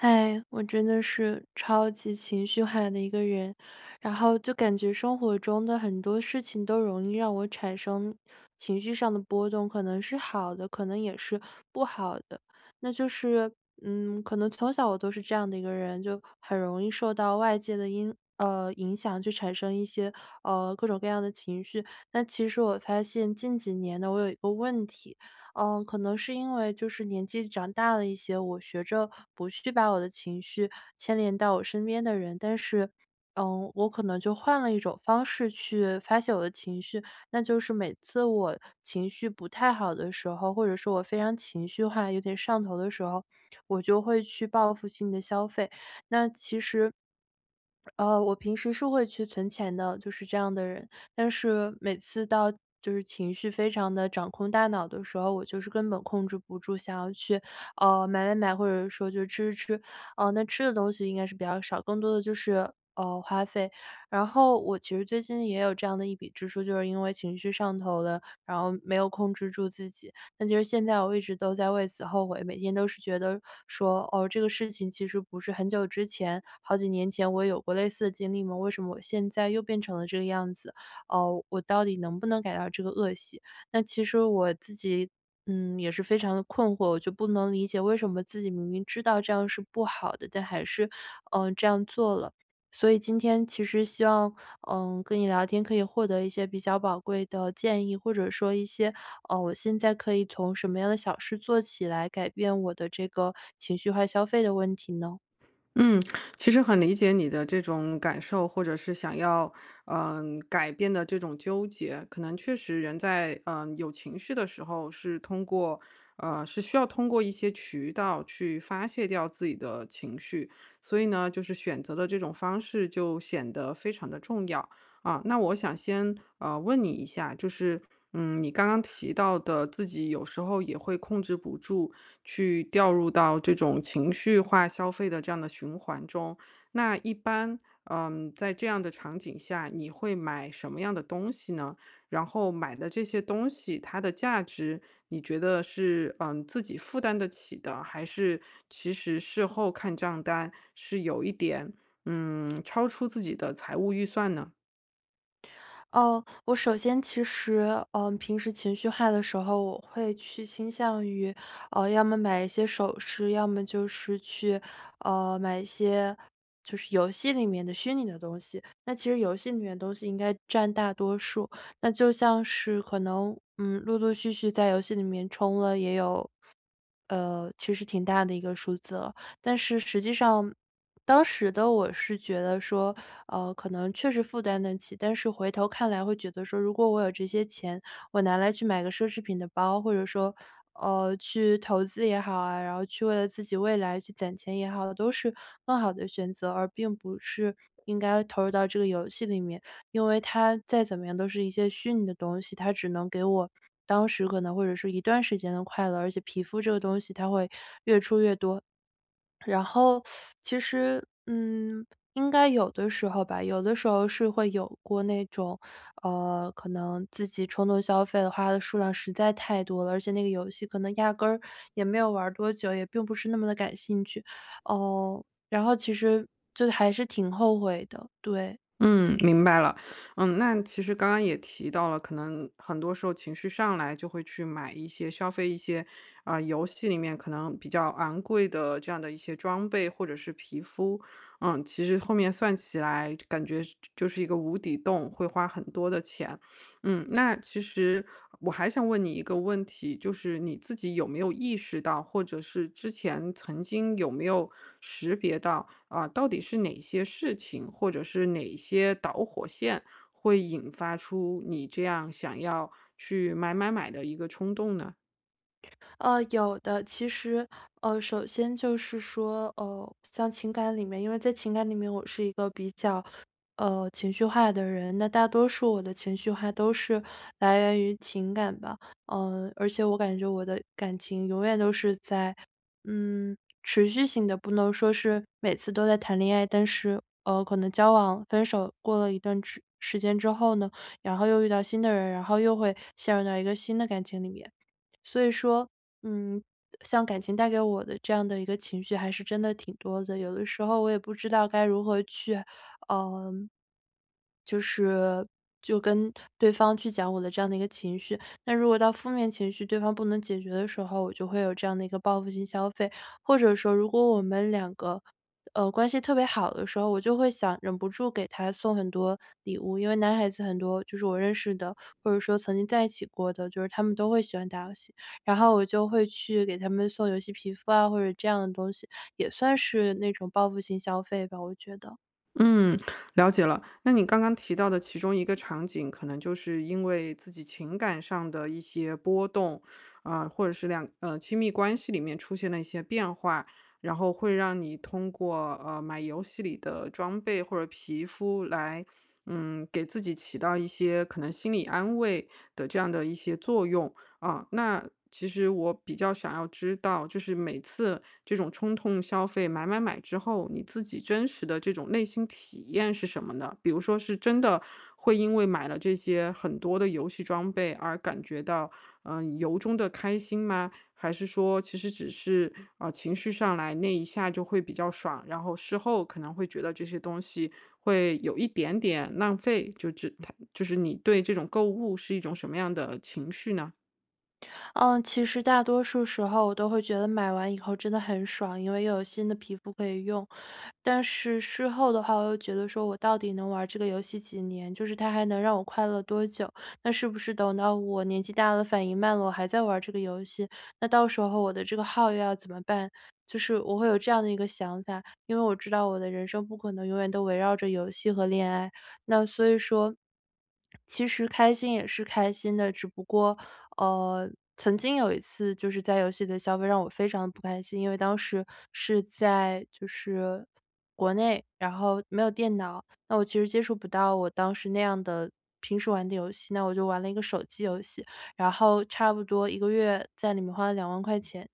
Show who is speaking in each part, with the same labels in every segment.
Speaker 1: 嗨，我真的是超级情绪化的一个人，然后就感觉生活中的很多事情都容易让我产生情绪上的波动，可能是好的，可能也是不好的。那就是，可能从小我都是这样的一个人，就很容易受到外界的因影响，去产生一些各种各样的情绪。那其实我发现近几年呢，我有一个问题，可能是因为就是年纪长大了一些，我学着不去把我的情绪牵连到我身边的人，但是，我可能就换了一种方式去发泄我的情绪，那就是每次我情绪不太好的时候，或者说我非常情绪化、有点上头的时候，我就会去报复性的消费。那其实。我平时是会去存钱的，就是这样的人。但是每次到就是情绪非常的掌控大脑的时候，我就是根本控制不住，想要去，买买买，或者说就吃吃吃。那吃的东西应该是比较少，更多的就是，花费。然后我其实最近也有这样的一笔支出，就是因为情绪上头了，然后没有控制住自己。但其实现在我一直都在为此后悔，每天都是觉得说，哦，这个事情其实不是很久之前，好几年前我也有过类似的经历吗？为什么我现在又变成了这个样子？哦，我到底能不能改掉这个恶习？那其实我自己。也是非常的困惑，我就不能理解为什么自己明明知道这样是不好的，但还是，这样做了。所以今天其实希望跟你聊天可以获得一些比较宝贵的建议，或者说一些，哦，我现在可以从什么样的小事做起来改变我的这个情绪化消费的问题呢？
Speaker 2: 嗯，其实很理解你的这种感受，或者是想要改变的这种纠结。可能确实人在有情绪的时候，是通过需要通过一些渠道去发泄掉自己的情绪，所以呢，就是选择的这种方式就显得非常的重要。啊，那我想先问你一下，就是嗯，你刚刚提到的自己有时候也会控制不住去掉入到这种情绪化消费的这样的循环中，那一般嗯，在这样的场景下，你会买什么样的东西呢？然后买的这些东西，它的价值，你觉得是自己负担得起的，还是其实事后看账单是有一点超出自己的财务预算呢？
Speaker 1: 哦，我首先其实，平时情绪化的时候，我会去倾向于，要么买一些首饰，要么就是去，买一些就是游戏里面的虚拟的东西。那其实游戏里面的东西应该占大多数，那就像是可能，陆陆续续在游戏里面充了也有，其实挺大的一个数字了。但是实际上，当时的我是觉得说，可能确实负担得起，但是回头看来会觉得说，如果我有这些钱，我拿来去买个奢侈品的包，或者说，去投资也好啊，然后去为了自己未来去攒钱也好，都是更好的选择，而并不是应该投入到这个游戏里面。因为它再怎么样都是一些虚拟的东西，它只能给我当时可能或者说一段时间的快乐，而且皮肤这个东西它会越出越多。然后其实，应该有的时候吧，有的时候是会有过那种，可能自己冲动消费的话，的数量实在太多了，而且那个游戏可能压根儿也没有玩儿多久，也并不是那么的感兴趣，哦，然后其实就还是挺后悔的，对。
Speaker 2: 嗯，明白了。嗯，那其实刚刚也提到了，可能很多时候情绪上来就会去买一些消费一些，游戏里面可能比较昂贵的这样的一些装备或者是皮肤。嗯，其实后面算起来，感觉是就是一个无底洞，会花很多的钱。嗯，那其实我还想问你一个问题，就是你自己有没有意识到，或者是之前曾经有没有识别到？啊，到底是哪些事情，或者是哪些导火线，会引发出你这样想要去买买买的一个冲动呢？
Speaker 1: 有的。其实，首先就是说，像情感里面，因为在情感里面，我是一个比较，情绪化的人。那大多数我的情绪化都是来源于情感吧。而且我感觉我的感情永远都是在，嗯，持续性的，不能说是每次都在谈恋爱，但是，可能交往、分手过了一段之时间之后呢，然后又遇到新的人，然后又会陷入到一个新的感情里面。所以说，嗯，像感情带给我的这样的一个情绪还是真的挺多的，有的时候我也不知道该如何去，呃就是就跟对方去讲我的这样的一个情绪。那如果到负面情绪对方不能解决的时候，我就会有这样的一个报复性消费。或者说如果我们两个，关系特别好的时候，我就会想忍不住给他送很多礼物。因为男孩子很多就是我认识的，或者说曾经在一起过的，就是他们都会喜欢打游戏。然后我就会去给他们送游戏皮肤啊，或者这样的东西，也算是那种报复性消费吧，我觉得。
Speaker 2: 嗯，了解了。那你刚刚提到的其中一个场景，可能就是因为自己情感上的一些波动，或者是亲密关系里面出现了一些变化，然后会让你通过买游戏里的装备或者皮肤来，嗯，给自己起到一些可能心理安慰的这样的一些作用。啊，那其实我比较想要知道，就是每次这种冲动消费买买买之后，你自己真实的这种内心体验是什么呢？比如说是真的会因为买了这些很多的游戏装备而感觉到，由衷的开心吗？还是说其实只是情绪上来那一下就会比较爽，然后事后可能会觉得这些东西会有一点点浪费，就只它就是你对这种购物是一种什么样的情绪呢？
Speaker 1: 嗯，其实大多数时候我都会觉得买完以后真的很爽，因为又有新的皮肤可以用。但是事后的话，我又觉得说我到底能玩这个游戏几年？就是它还能让我快乐多久？那是不是等到我年纪大了，反应慢了，我还在玩这个游戏，那到时候我的这个号又要怎么办？就是我会有这样的一个想法，因为我知道我的人生不可能永远都围绕着游戏和恋爱，那所以说。其实开心也是开心的，只不过呃，曾经有一次就是在游戏的消费让我非常的不开心，因为当时是在就是国内，然后没有电脑，那我其实接触不到我当时那样的平时玩的游戏，那我就玩了一个手机游戏，然后差不多一个月在里面花了20000块钱。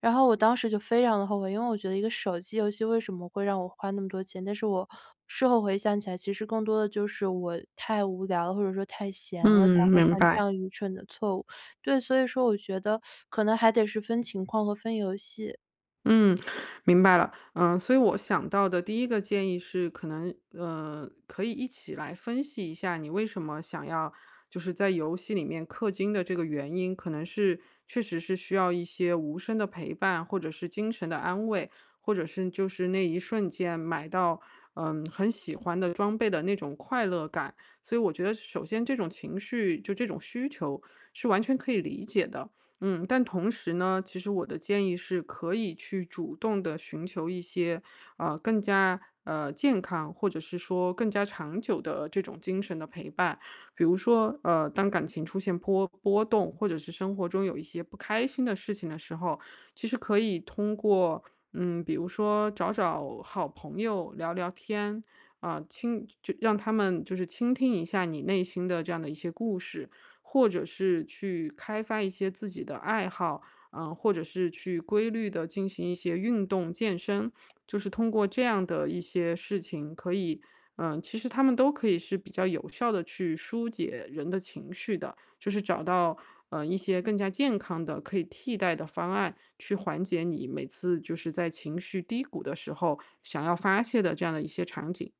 Speaker 1: 然后我当时就非常的后悔，因为我觉得一个手机游戏为什么会让我花那么多钱，但是我事后回想起来，其实更多的就是我太无聊了，或者说太闲了，才
Speaker 2: 嗯，
Speaker 1: 会
Speaker 2: 明
Speaker 1: 犯这
Speaker 2: 白。
Speaker 1: 样愚蠢的错误。对，所以说我觉得可能还得是分情况和分游戏。
Speaker 2: 嗯，明白了。嗯，所以我想到的第一个建议是，可能呃，可以一起来分析一下你为什么想要就是在游戏里面氪金的这个原因，可能是确实是需要一些无声的陪伴，或者是精神的安慰，或者是就是那一瞬间买到很喜欢的装备的那种快乐感。所以我觉得，首先这种情绪就这种需求是完全可以理解的。嗯，但同时呢，其实我的建议是可以去主动的寻求一些，呃，更加，呃，健康或者是说更加长久的这种精神的陪伴。比如说，呃，当感情出现波动，或者是生活中有一些不开心的事情的时候，其实可以通过，嗯，比如说找找好朋友聊聊天，啊，让他们就是倾听一下你内心的这样的一些故事。或者是去开发一些自己的爱好，或者是去规律的进行一些运动健身，就是通过这样的一些事情，可以，其实他们都可以是比较有效的去疏解人的情绪的，就是找到一些更加健康的可以替代的方案，去缓解你每次就是在情绪低谷的时候想要发泄的这样的一些场景。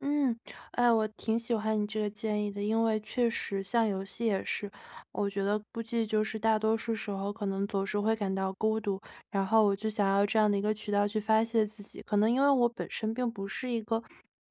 Speaker 1: 嗯，哎，我挺喜欢你这个建议的，因为确实像游戏也是，我觉得估计就是大多数时候可能总是会感到孤独，然后我就想要这样的一个渠道去发泄自己。可能因为我本身并不是一个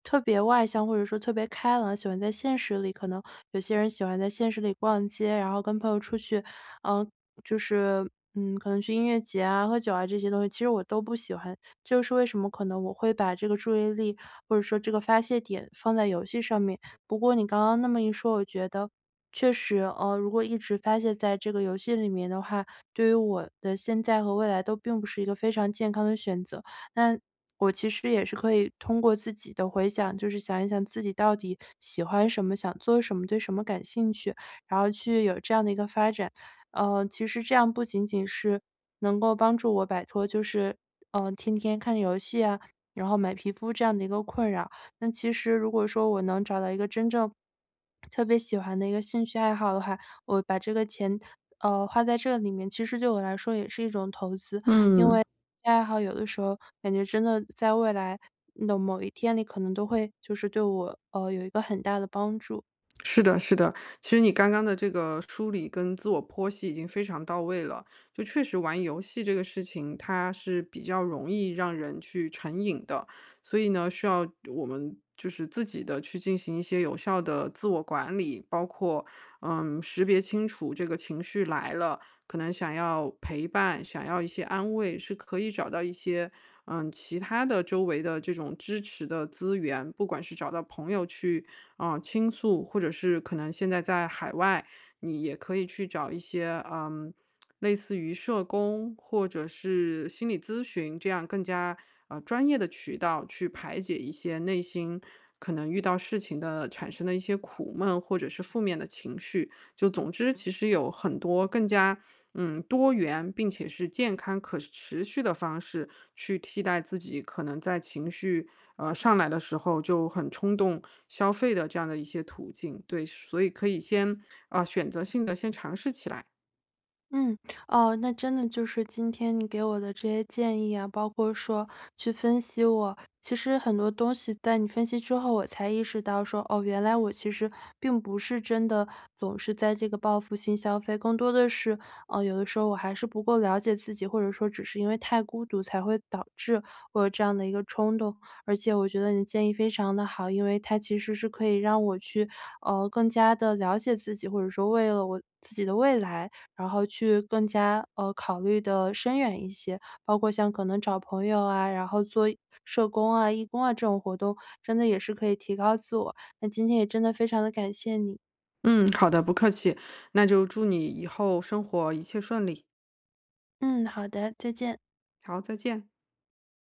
Speaker 1: 特别外向或者说特别开朗，喜欢在现实里，可能有些人喜欢在现实里逛街，然后跟朋友出去，嗯、就是可能去音乐节啊、喝酒啊这些东西，其实我都不喜欢。这就是为什么可能我会把这个注意力，或者说这个发泄点放在游戏上面。不过你刚刚那么一说，我觉得确实，如果一直发泄在这个游戏里面的话，对于我的现在和未来都并不是一个非常健康的选择。那我其实也是可以通过自己的回想，就是想一想自己到底喜欢什么，想做什么，对什么感兴趣，然后去有这样的一个发展。其实这样不仅仅是能够帮助我摆脱就是，天天看游戏啊，然后买皮肤这样的一个困扰。那其实如果说我能找到一个真正特别喜欢的一个兴趣爱好的话，我把这个钱，花在这里面，其实对我来说也是一种投资。因
Speaker 2: 嗯。
Speaker 1: 为爱好有的时候感觉真的在未来的某一天里，可能都会就是对我，有一个很大的帮助。
Speaker 2: 是的，是的，其实你刚刚的这个梳理跟自我剖析已经非常到位了。就确实玩游戏这个事情，它是比较容易让人去成瘾的，所以呢，需要我们就是自己的去进行一些有效的自我管理，包括嗯，识别清楚这个情绪来了，可能想要陪伴，想要一些安慰，是可以找到一些其他的周围的这种支持的资源，不管是找到朋友去倾诉，或者是可能现在在海外，你也可以去找一些类似于社工或者是心理咨询这样更加专业的渠道去排解一些内心可能遇到事情的产生的一些苦闷或者是负面的情绪。就总之，其实有很多更加多元，并且是健康可持续的方式去替代自己可能在情绪上来的时候就很冲动消费的这样的一些途径。对，所以可以先选择性的先尝试起来。
Speaker 1: 嗯，哦，那真的就是今天你给我的这些建议啊，包括说去分析我，其实很多东西在你分析之后，我才意识到说，哦，原来我其实并不是真的总是在这个报复性消费，更多的是，有的时候我还是不够了解自己，或者说只是因为太孤独才会导致我有这样的一个冲动。而且我觉得你的建议非常的好，因为它其实是可以让我去，更加的了解自己，或者说为了我自己的未来。然后去更加，考虑的深远一些。包括像可能找朋友啊，然后做社工啊、义工啊这种活动，真的也是可以提高自我。那今天也真的非常的感谢你。
Speaker 2: 嗯，好的，不客气。那就祝你以后生活一切顺利。
Speaker 1: 嗯，好的，再见。
Speaker 2: 好，再见。